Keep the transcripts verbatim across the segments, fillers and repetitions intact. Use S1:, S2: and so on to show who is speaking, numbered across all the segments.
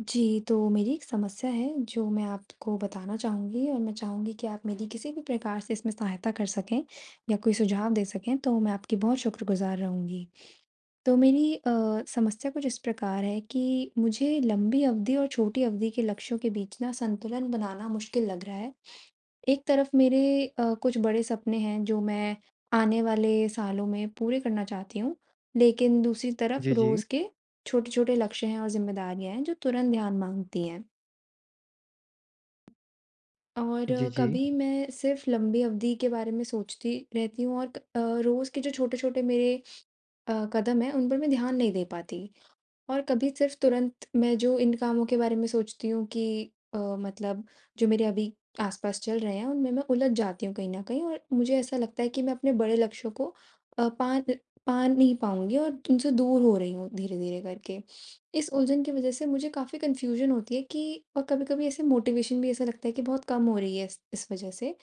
S1: जी, तो मेरी एक समस्या है जो मैं आपको बताना चाहूँगी, और मैं चाहूँगी कि आप मेरी किसी भी प्रकार से इसमें सहायता कर सकें या कोई सुझाव दे सकें तो मैं आपकी बहुत शुक्रगुज़ार रहूँगी। तो मेरी अ, समस्या कुछ इस प्रकार है कि मुझे लंबी अवधि और छोटी अवधि के लक्ष्यों के बीच ना संतुलन बनाना मुश्किल लग रहा है। एक तरफ मेरे अ, कुछ बड़े सपने हैं जो मैं आने वाले सालों में पूरे करना चाहती हूँ, लेकिन दूसरी तरफ
S2: जी, जी।
S1: रोज़ के छोटे-छोटे लक्ष्य हैं और ज़िम्मेदारियाँ हैं जो तुरंत ध्यान माँगती हैं। और
S2: जी,
S1: अ,
S2: जी।
S1: कभी मैं सिर्फ़ लंबी अवधि के बारे में सोचती रहती हूँ, और क अ, रोज़ के जो छोटे-छोटे मेरे अ, कदम हैं, उन पर मैं ध्यान नहीं दे पाती। और कभी सिर्फ तुरंत मैं जो इन कामों के बारे में सोचती हूँ कि अ, मतलब जो मेरे अभी आसपास चल रहे हैं उनमें मैं उलझ जाती हूँ कहीं न कहीं, और मुझे ऐसा लगता है कि मैं अपने बड़े लक्ष्यों को अ, पा पा नहीं पाऊँगी और उनसे दूर हो रही हूँ धीरे-धीरे करके। इस उलझन की वज़ह से मुझे काफ़ी कन्फ्यूज़न होती है, कि और कभी-कभी ऐसे मोटिवेशन भी ऐसा लगता है कि बहुत कम हो रही है इस इस वज़ह से।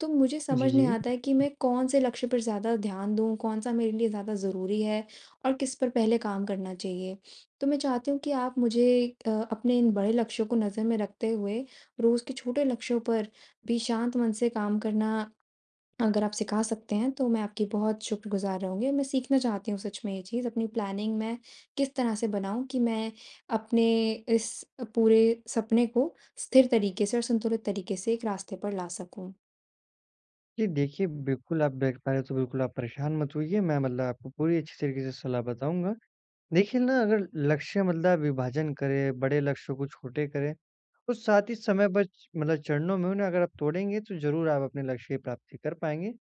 S1: तो मुझे
S2: जी,
S1: समझ नहीं
S2: जी।
S1: आता है कि मैं कौन से लक्ष्य पर ज़्यादा ध्यान दूँ, कौन-सा मेरे लिए ज़्यादा ज़रूरी है और किस पर पहले काम करना चाहिए। तो मैं चाहती हूँ कि आप मुझे अ, अपने इन बड़े लक्ष्यों को नज़र में रखते हुए रोज़ के छोटे लक्ष्यों पर भी शांत मन से काम करना अगर आप सिखा सकते हैं, तो मैं आपकी बहुत शुक्रगुज़ार रहूँगी। मैं सीखना चाहती हूँ सच में ये चीज़, अपनी प्लानिंग मैं किस तरह से बनाऊँ कि मैं अपने इस पूरे सपने को स्थिर तरीके से और संतुलित तरीके से एक रास्ते पर ला सकूँ।
S2: जी, देखिए बिल्कुल आप देख पा रहे तो बिल्कुल आप परेशान मत होइए, मैं मतलब आपको पूरी अच्छी तरीके से सलाह बताऊँगा। देखिए ना, अगर लक्ष्य मतलब विभाजन करें, बड़े लक्ष्यों को छोटे करें, तो साथ ही समय बच मतलब चरणों में उन्हें अगर आप तोड़ेंगे, तो ज़रूर आप अपने लक्ष्य की प्राप्ति कर पाएँगे।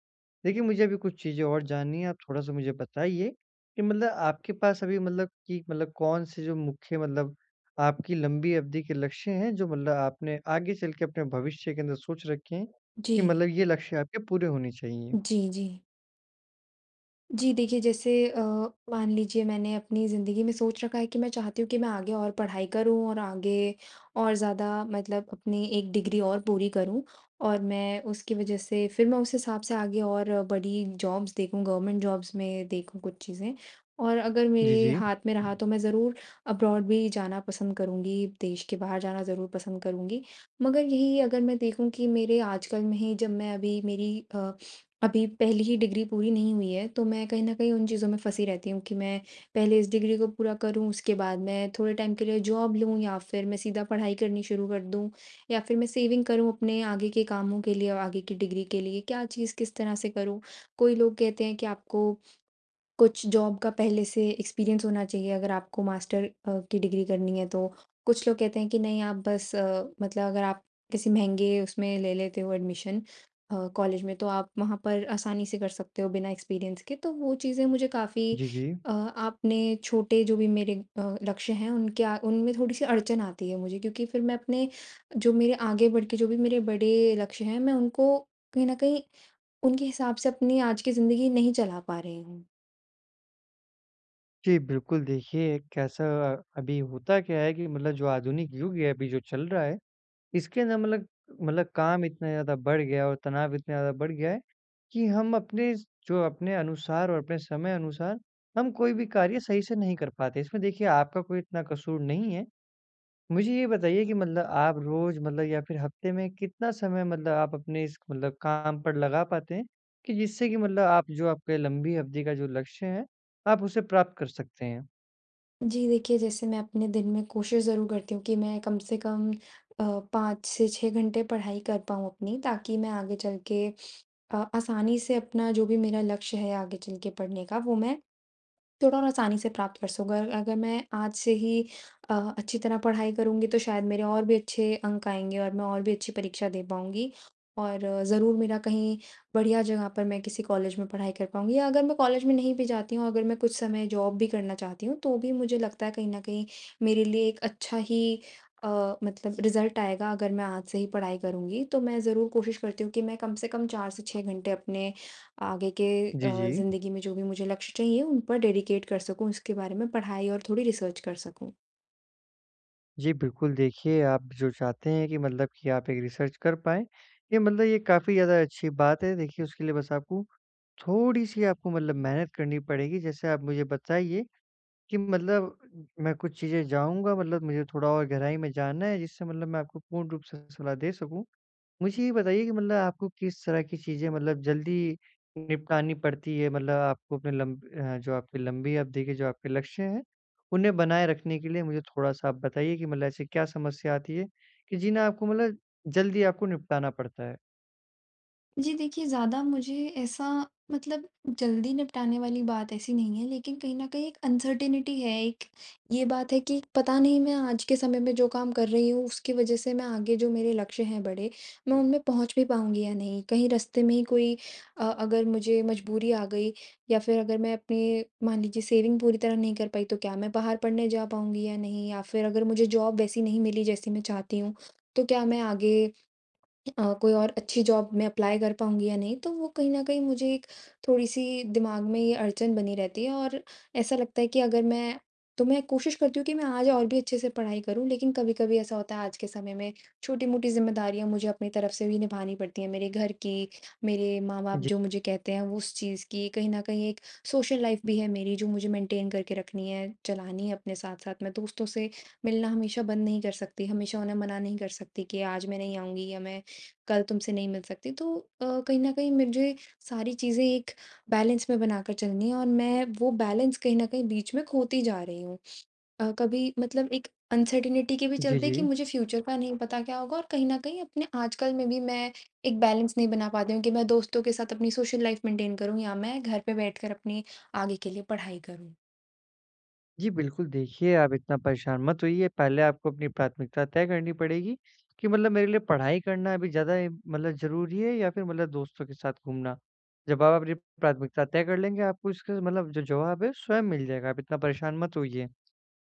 S2: देखिए, मुझे अभी कुछ चीज़ें और जाननी है, आप थोड़ा-सा मुझे बताइए कि मतलब आपके पास अभी मतलब कि मतलब कौन-से, जो मुख्य मतलब आपकी लंबी अवधि के लक्ष्य हैं, जो मतलब आपने आगे चल के अपने भविष्य के अंदर सोच रखे हैं
S1: जी।
S2: कि मतलब ये लक्ष्य आपके पूरे होने चाहिए?
S1: जी, जी। जी, देखिए, जैसे अ, मान लीजिए मैंने अपनी ज़िंदगी में सोच रखा है कि मैं चाहती हूँ कि मैं आगे और पढ़ाई करूँ, और आगे और ज़्यादा मतलब अपनी एक डिग्री और पूरी करूँ, और मैं उसकी वजह से फिर मैं उस हिसाब से आगे और बड़ी जॉब्स देखूँ, गवर्नमेंट जॉब्स में देखूँ कुछ चीज़ें। और अगर
S2: जी,
S1: मेरे
S2: जी।
S1: हाथ में रहा तो मैं ज़रूर अब्रॉड भी जाना पसंद करूँगी, देश के बाहर जाना ज़रूर पसंद करूँगी। मगर यही अगर मैं देखूँ कि मेरे आजकल में ही, जब मैं अभी मेरी अ अभी पहली ही डिग्री पूरी नहीं हुई है, तो मैं कहीं न कहीं उन चीज़ों में फँसी रहती हूँ कि मैं पहले इस डिग्री को पूरा करूँ, उसके बाद मैं थोड़े टाइम के लिए जॉब लूँ, या फिर मैं सीधा पढ़ाई करनी शुरू कर दूँ, या फिर मैं सेविंग करूँ अपने आगे के कामों के लिए, और आगे की डिग्री के लिए, क्या चीज़ किस तरह से करूँ? कोई लोग कहते हैं कि आपको कुछ जॉब का पहले से एक्सपीरियंस होना चाहिए अगर आपको मास्टर अ, की डिग्री करनी है तो। कुछ लोग कहते हैं कि नहीं, आप बस अ, मतलब अगर आप किसी महँगे उसमें ले लेते हो एडमिशन अ, कॉलेज में, तो आप वहाँ पर आसानी से कर सकते हो बिना एक्सपीरियंस के। तो वो चीज़ें मुझे काफ़ी
S2: जी, जी।
S1: अ, आपने छोटे जो भी मेरे अ, लक्ष्य हैं उनके आ उनमें थोड़ी-सी अड़चन आती है मुझे, क्योंकि फिर मैं अपने जो मेरे आगे बढ़ के जो भी मेरे बड़े लक्ष्य हैं मैं उनको कहीं न कहीं उनके हिसाब से अपनी आज की ज़िंदगी नहीं चला पा रही हूँ।
S2: जी, बिल्कुल। देखिए, कैसा अभी होता क्या है कि मतलब जो आधुनिक युग है, अभी जो चल रहा है, इसके ना मतलब मतलब काम इतना ज़्यादा बढ़ गया और तनाव इतना ज़्यादा बढ़ गया है, कि हम अपने स जो अपने अनुसार और अपने समय अनुसार हम कोई भी कार्य सही से नहीं कर पाते। इसमें देखिए, आपका कोई इतना कसूर नहीं है। मुझे ये बताइए कि मतलब आप रोज़ मतलब या फिर हफ़्ते में कितना समय मतलब आप अपने इस मतलब काम पर लगा पाते हैं, कि जिससे कि मतलब आप, जो आपके लंबी अवधि का जो लक्ष्य है, आप उसे प्राप्त कर सकते हैं?
S1: जी, देखिए, जैसे मैं अपने दिन में कोशिश ज़रूर करती हूँ कि मैं कम से कम अ, पाँच से छह घंटे पढ़ाई कर पाऊँ अपनी, ताकि मैं आगे चल के अ, आसानी से अपना जो भी मेरा लक्ष्य है आगे चल के पढ़ने का वो मैं थोड़ा और आसानी से प्राप्त कर सकूँ। अगर अगर मैं आज से ही अ, अच्छी तरह पढ़ाई करूँगी तो शायद मेरे और भी अच्छे अंक आएँगे और मैं और भी अच्छी परीक्षा दे पाऊँगी। और ज़रूर मेरा कहीं बढ़िया जगह पर मैं किसी कॉलेज में पढ़ाई कर पाऊँगी, या अगर मैं कॉलेज में नहीं भी जाती हूँ, अगर मैं कुछ समय जॉब भी करना चाहती हूँ, तो भी मुझे लगता है कहीं न कहीं मेरे लिए एक अच्छा ही अ, मतलब रिज़ल्ट आएगा अगर मैं आज से ही पढ़ाई करूँगी। तो मैं ज़रूर कोशिश करती हूँ कि मैं कम से कम चार से छह घंटे अपने आगे के
S2: जी,
S1: अ,
S2: जी।
S1: ज़िंदगी में जो भी मुझे लक्ष्य चाहिए उन पर डेडिकेट कर सकूँ, उसके बारे में पढ़ाई और थोड़ी रिसर्च कर सकूँ।
S2: जी, बिल्कुल। देखिए, आप जो चाहते हैं कि मतलब कि आप एक रिसर्च कर पाएँ, ये मतलब ये काफ़ी ज़्यादा अच्छी बात है। देखिए, उसके लिए बस आपको थोड़ी-सी आपको मतलब मेहनत करनी पड़ेगी। जैसे आप मुझे बताइए कि मतलब मैं कुछ चीज़ें जाऊँगा, मतलब मुझे थोड़ा और गहराई में जानना है, जिससे मतलब मैं आपको पूर्ण रूप से सलाह दे सकूँ। मुझे ये बताइए कि मतलब आपको किस तरह की चीज़ें मतलब जल्दी निपटानी पड़ती है? मतलब आपको अपने लंब अ, जो आपकी लंबी अवधि के जो आपके लक्ष्य हैं, उन्हें बनाए रखने के लिए मुझे थोड़ा-सा आप बताइए कि मतलब ऐसी क्या समस्या आती है कि जिन्हें आपको मतलब जल्दी आपको निपटाना पड़ता है?
S1: जी, देखिए, ज़्यादा मुझे ऐसा मतलब जल्दी निपटाने वाली बात ऐसी नहीं है, लेकिन कहीं न कहीं एक अनसर्टेनिटी है, एक ये बात है कि पता नहीं मैं आज के समय में जो काम कर रही हूँ, उसकी वजह से मैं आगे जो मेरे लक्ष्य हैं बड़े, मैं उनमें पहुँच भी पाऊँगी या नहीं? कहीं रास्ते में ही कोई अ, अगर मुझे मजबूरी आ गई, या फिर अगर मैं अपनी मान लीजिए सेविंग पूरी तरह नहीं कर पाई, तो क्या मैं बाहर पढ़ने जा पाऊँगी या नहीं? या फिर अगर मुझे जॉब वैसी नहीं मिली जैसी मैं चाहती हूँ, तो क्या मैं आगे अ, कोई और अच्छी जॉब में अप्लाई कर पाऊँगी या नहीं, तो वो कहीं न कहीं मुझे एक थोड़ी-सी दिमाग में ये अड़चन बनी रहती है, और ऐसा लगता है कि अगर मैं तो मैं कोशिश करती हूँ कि मैं आज और भी अच्छे से पढ़ाई करूँ, लेकिन कभी-कभी ऐसा होता है आज के समय में छोटी-मोटी ज़िम्मेदारियाँ मुझे अपनी तरफ से भी निभानी पड़ती हैं, मेरे घर की, मेरे माँ-बाप
S2: जी।
S1: जो मुझे कहते हैं वो उस चीज़ की, कहीं न कहीं एक सोशल लाइफ़ भी है मेरी जो मुझे मेंटेन करके रखनी है, चलानी है अपने साथ-साथ। मैं दोस्तों से मिलना हमेशा बंद नहीं कर सकती, हमेशा उन्हें मना नहीं कर सकती कि आज मैं नहीं आऊँगी या मैं कल तुमसे नहीं मिल सकती। तो अ, कहीं न कहीं मुझे सारी चीज़ें एक बैलेंस में बनाकर चलनी है, और मैं वो बैलेंस कहीं न कहीं बीच में खोती जा रही हूँ। अ, कभी मतलब एक अनसर्टेनिटी के भी
S2: जी,
S1: चलते कि
S2: जी।
S1: मुझे फ्यूचर का नहीं पता क्या होगा, और कहीं न कहीं अपने आजकल में भी मैं एक बैलेंस नहीं बना पाती हूँ कि मैं दोस्तों के साथ अपनी सोशल लाइफ़ मेंटेन करूँ या मैं घर पे बैठकर अपनी आगे के लिए पढ़ाई करूँ।
S2: जी, बिल्कुल। देखिए, आप इतना परेशान मत होइए, पहले आपको अपनी प्राथमिकता तय करनी पड़ेगी कि मतलब मेरे लिए पढ़ाई करना अभी ज़्यादा मतलब ज़रूरी है, या फिर मतलब दोस्तों के साथ घूमना। जब आप अपनी प्राथमिकता तय कर लेंगे, आपको इसका मतलब जो जवाब है स्वयं मिल जाएगा, आप इतना परेशान मत होइए।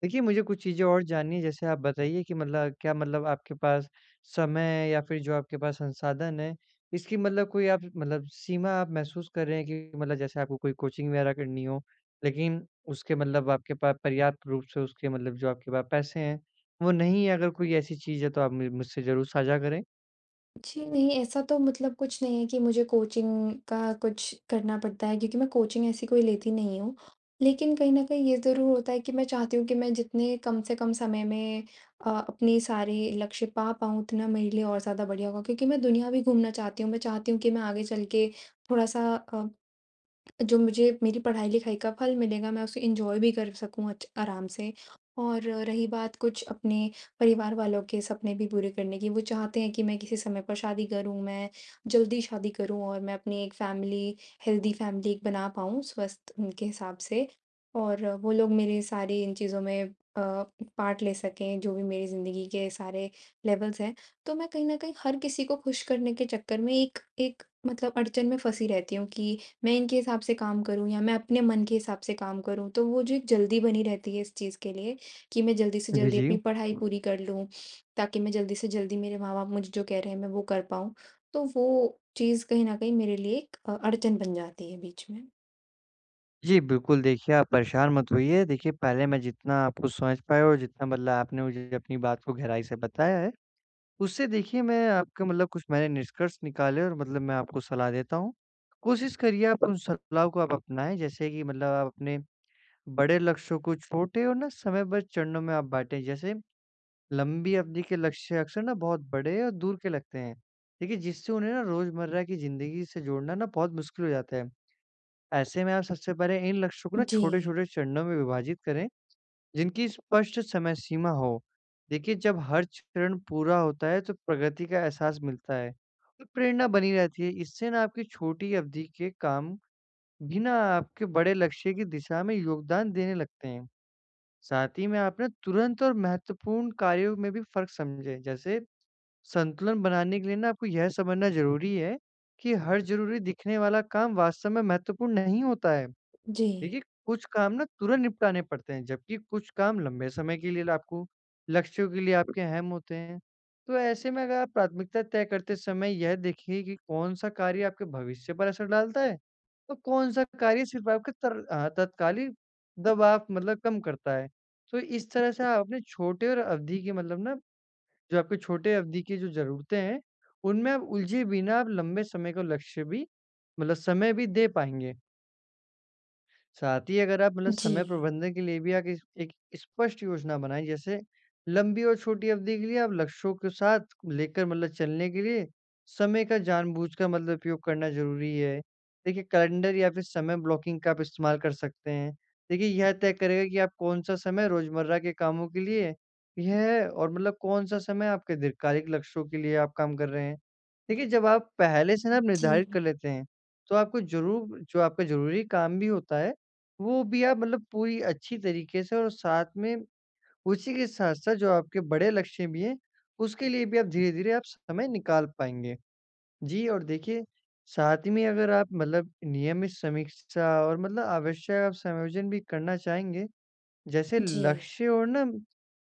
S2: देखिए, मुझे कुछ चीज़ें और जाननी है। जैसे आप बताइए कि मतलब क्या मतलब आपके पास समय, या फिर जो आपके पास संसाधन है, इसकी मतलब कोई आप मतलब सीमा आप महसूस कर रहे हैं कि मतलब जैसे आपको कोई कोचिंग वगैरह करनी हो, लेकिन उसके मतलब आपके पास पर्याप्त रूप से उसके मतलब जो आपके पास पैसे हैं, वो नहीं है। अगर कोई ऐसी चीज़ है, तो आप मु मुझसे ज़रूर साझा करें।
S1: जी, नहीं, ऐसा तो मतलब कुछ नहीं है कि मुझे कोचिंग का कुछ करना पड़ता है, क्योंकि मैं कोचिंग ऐसी कोई लेती नहीं हूँ। लेकिन कहीं न कहीं ये ज़रूर होता है कि मैं चाहती हूँ कि मैं जितने कम से कम समय में अ, अपनी सारी लक्ष्य पा पाऊँ उतना मेरे लिए और ज़्यादा बढ़िया होगा, क्योंकि मैं दुनिया भी घूमना चाहती हूँ। मैं चाहती हूँ कि मैं आगे चल के थोड़ा-सा अ जो मुझे मेरी पढ़ाई-लिखाई का फल मिलेगा, मैं उसे एन्जॉय भी कर सकूँ अच्छ आराम से। और रही बात कुछ अपने परिवार वालों के सपने भी पूरे करने की, वो चाहते हैं कि मैं किसी समय पर शादी करूँ, मैं जल्दी शादी करूँ और मैं अपनी एक फैमिली, हेल्दी फैमिली एक बना पाऊँ, स्वस्थ उनके हिसाब से। और वो लोग मेरे सारे इन चीज़ों में अ, पार्ट ले सकें, जो भी मेरी ज़िंदगी के सारे लेवल्स हैं। तो मैं कहीं न कहीं हर किसी को खुश करने के चक्कर में एक एक मतलब अड़चन में फँसी रहती हूँ कि मैं इनके हिसाब से काम करूँ या मैं अपने मन के हिसाब से काम करूँ, तो वो जो एक जल्दी बनी रहती है इस चीज़ के लिए कि मैं जल्दी से
S2: जी,
S1: जल्दी
S2: जी।
S1: अपनी पढ़ाई पूरी कर लूँ, ताकि मैं जल्दी से जल्दी मेरे माँ-बाप मुझे जो कह रहे हैं मैं वो कर पाऊँ, तो वो चीज़ कहीं न कहीं मेरे लिए एक अ, अड़चन बन जाती है बीच में।
S2: जी, बिल्कुल। देखिए, आप परेशान मत होइए। देखिए, पहले मैं जितना आपको समझ पाया और जितना मतलब आपने मुझे अपनी बात को गहराई से बताया है, उससे देखिए, मैं आपका मतलब कुछ मैंने निष्कर्ष निकाले और मतलब मैं आपको सलाह देता हूँ। कोशिश करिए, आप उन सलाह को आप अपनाएँ। जैसे कि मतलब आप अपने बड़े लक्ष्यों को छोटे और ना समयबद्ध चरणों में आप बाँटें। जैसे लंबी अवधि के लक्ष्य अक्सर ना बहुत बड़े और दूर के लगते हैं। देखिए, जिससे उन्हें ना रोज़मर्रा की ज़िंदगी से जोड़ना ना बहुत मुश्किल हो जाता है। ऐसे में आप सबसे पहले इन लक्ष्यों को ना
S1: जी,
S2: छोटे-छोटे चरणों में विभाजित करें, जिनकी स्पष्ट समय सीमा हो। देखिए, जब हर चरण पूरा होता है, तो प्रगति का एहसास मिलता है और प्रेरणा बनी रहती है। इससे ना आपकी छोटी अवधि के काम भी ना आपके बड़े लक्ष्य की दिशा में योगदान देने लगते हैं। साथ ही में आप ना तुरंत और महत्वपूर्ण कार्यों में भी फ़र्क समझें। जैसे संतुलन बनाने के लिए ना आपको यह समझना ज़रूरी है कि हर ज़रूरी दिखने वाला काम वास्तव में महत्वपूर्ण नहीं होता है।
S1: जी,
S2: देखिए, कुछ काम ना तुरंत निपटाने पड़ते हैं, जबकि कुछ काम लंबे समय के लिए आपको लक्ष्यों के लिए आपके अहम होते हैं। तो ऐसे में अगर आप प्राथमिकता तय करते समय यह देखिए कि कौन-सा कार्य आपके भविष्य पर असर डालता है, और कौन-सा कार्य सिर्फ़ आपके तर अ, तत्कालीन दबाव मतलब कम करता है। तो इस तरह से आप अपने छोटे और अवधि के मतलब ना, जो आपके छोटे अवधि की जो ज़रूरतें हैं, उनमें आप उलझे बिना आप लंबे समय का लक्ष्य भी मतलब समय भी दे पाएँगे। साथ ही अगर आप मतलब समय
S1: जी,
S2: प्रबंधन के लिए भी आप इस एक स्पष्ट योजना बनाएँ। जैसे लंबी और छोटी अवधि के लिए आप लक्ष्यों के साथ लेकर मतलब चलने के लिए समय का जानबूझकर मतलब उपयोग करना ज़रूरी है। देखिए, कैलेंडर या फिर समय ब्लॉकिंग का आप इस्तेमाल कर सकते हैं। देखिए, यह तय करेगा कि आप कौन-सा समय रोज़मर्रा के कामों के लिए यह है, और मतलब कौन-सा समय आपके दीर्घकालिक लक्ष्यों के लिए आप काम कर रहे हैं। देखिए, जब आप पहले से ना आप निर्धारित कर
S1: जी,
S2: लेते हैं, तो आपको ज़रूर जो आपका ज़रूरी काम भी होता है, वो भी आप मतलब पूरी अच्छी तरीके से, और साथ में उसी के साथ-साथ जो आपके बड़े लक्ष्य भी हैं, उसके लिए भी आप धीरे-धीरे आप समय निकाल पाएँगे। जी। और देखिए, साथ ही में अगर आप मतलब नियमित समीक्षा और मतलब आवश्यक आप समायोजन भी करना चाहेंगे, जैसे
S1: जी,
S2: लक्ष्य और ना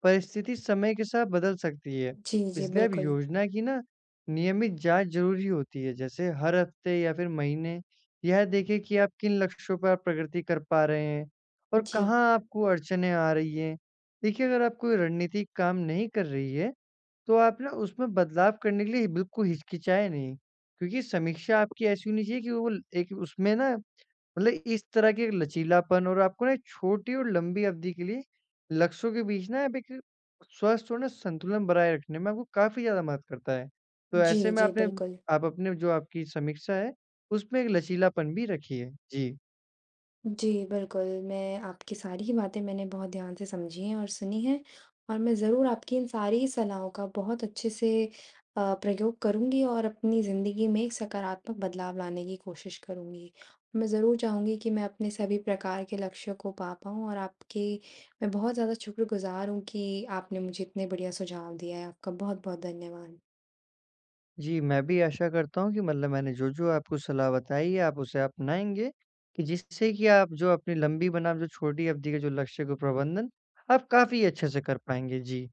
S2: परिस्थिति समय के साथ बदल सकती है।
S1: जी, जी,
S2: इसलिए अब
S1: बिल्कुल।
S2: योजना की ना नियमित जाँच ज़रूरी होती है। जैसे हर हफ्ते या फिर महीने यह देखें कि आप किन लक्ष्यों पर आप प्रगति कर पा रहे हैं, और
S1: जी,
S2: कहाँ आपको अड़चनें आ रही हैं। देखिए, अगर आप कोई रणनीति काम नहीं कर रही है, तो आप ना उसमें बदलाव करने के लिए बिल्कुल हिचकिचाएँ नहीं। क्योंकि समीक्षा आपकी ऐसी होनी चाहिए कि वो एक उसमें ना मतलब इस तरह के लचीलापन और आपको ना एक छोटी और लंबी अवधि के लिए लक्ष्यों के बीच ना आप एक स्वस्थ और ना संतुलन बनाए रखने में आपको काफ़ी ज़्यादा मदद करता है। तो
S1: जी,
S2: ऐसे में
S1: जी,
S2: आपने
S1: बिल्कुल।
S2: आप अपने जो आपकी समीक्षा है, उसमें एक लचीलापन भी रखिए। जी।
S1: जी, बिल्कुल, मैं आपकी सारी ही बातें मैंने बहुत ध्यान से समझी हैं और सुनी हैं, और मैं ज़रूर आपकी इन सारी ही सलाहों का बहुत अच्छे से अ, प्रयोग करूँगी, और अपनी ज़िंदगी में एक सकारात्मक बदलाव लाने की कोशिश करूँगी। मैं ज़रूर चाहूँगी कि मैं अपने सभी प्रकार के लक्ष्यों को पा पाऊँ, और आपके मैं बहुत ज़्यादा शुक्रगुज़ार हूँ कि आपने मुझे इतने बढ़िया सुझाव दिया है। आपका बहुत-बहुत धन्यवाद।
S2: जी, मैं भी आशा करता हूँ कि मतलब मैंने जो-जो आपको सलाह बताई है, आप उसे अपनाएँगे, कि जिससे कि आप जो अपनी लंबी बनाम जो छोटी अवधि के जो लक्ष्य को प्रबंधन, आप काफ़ी अच्छे से कर पाएँगे। जी।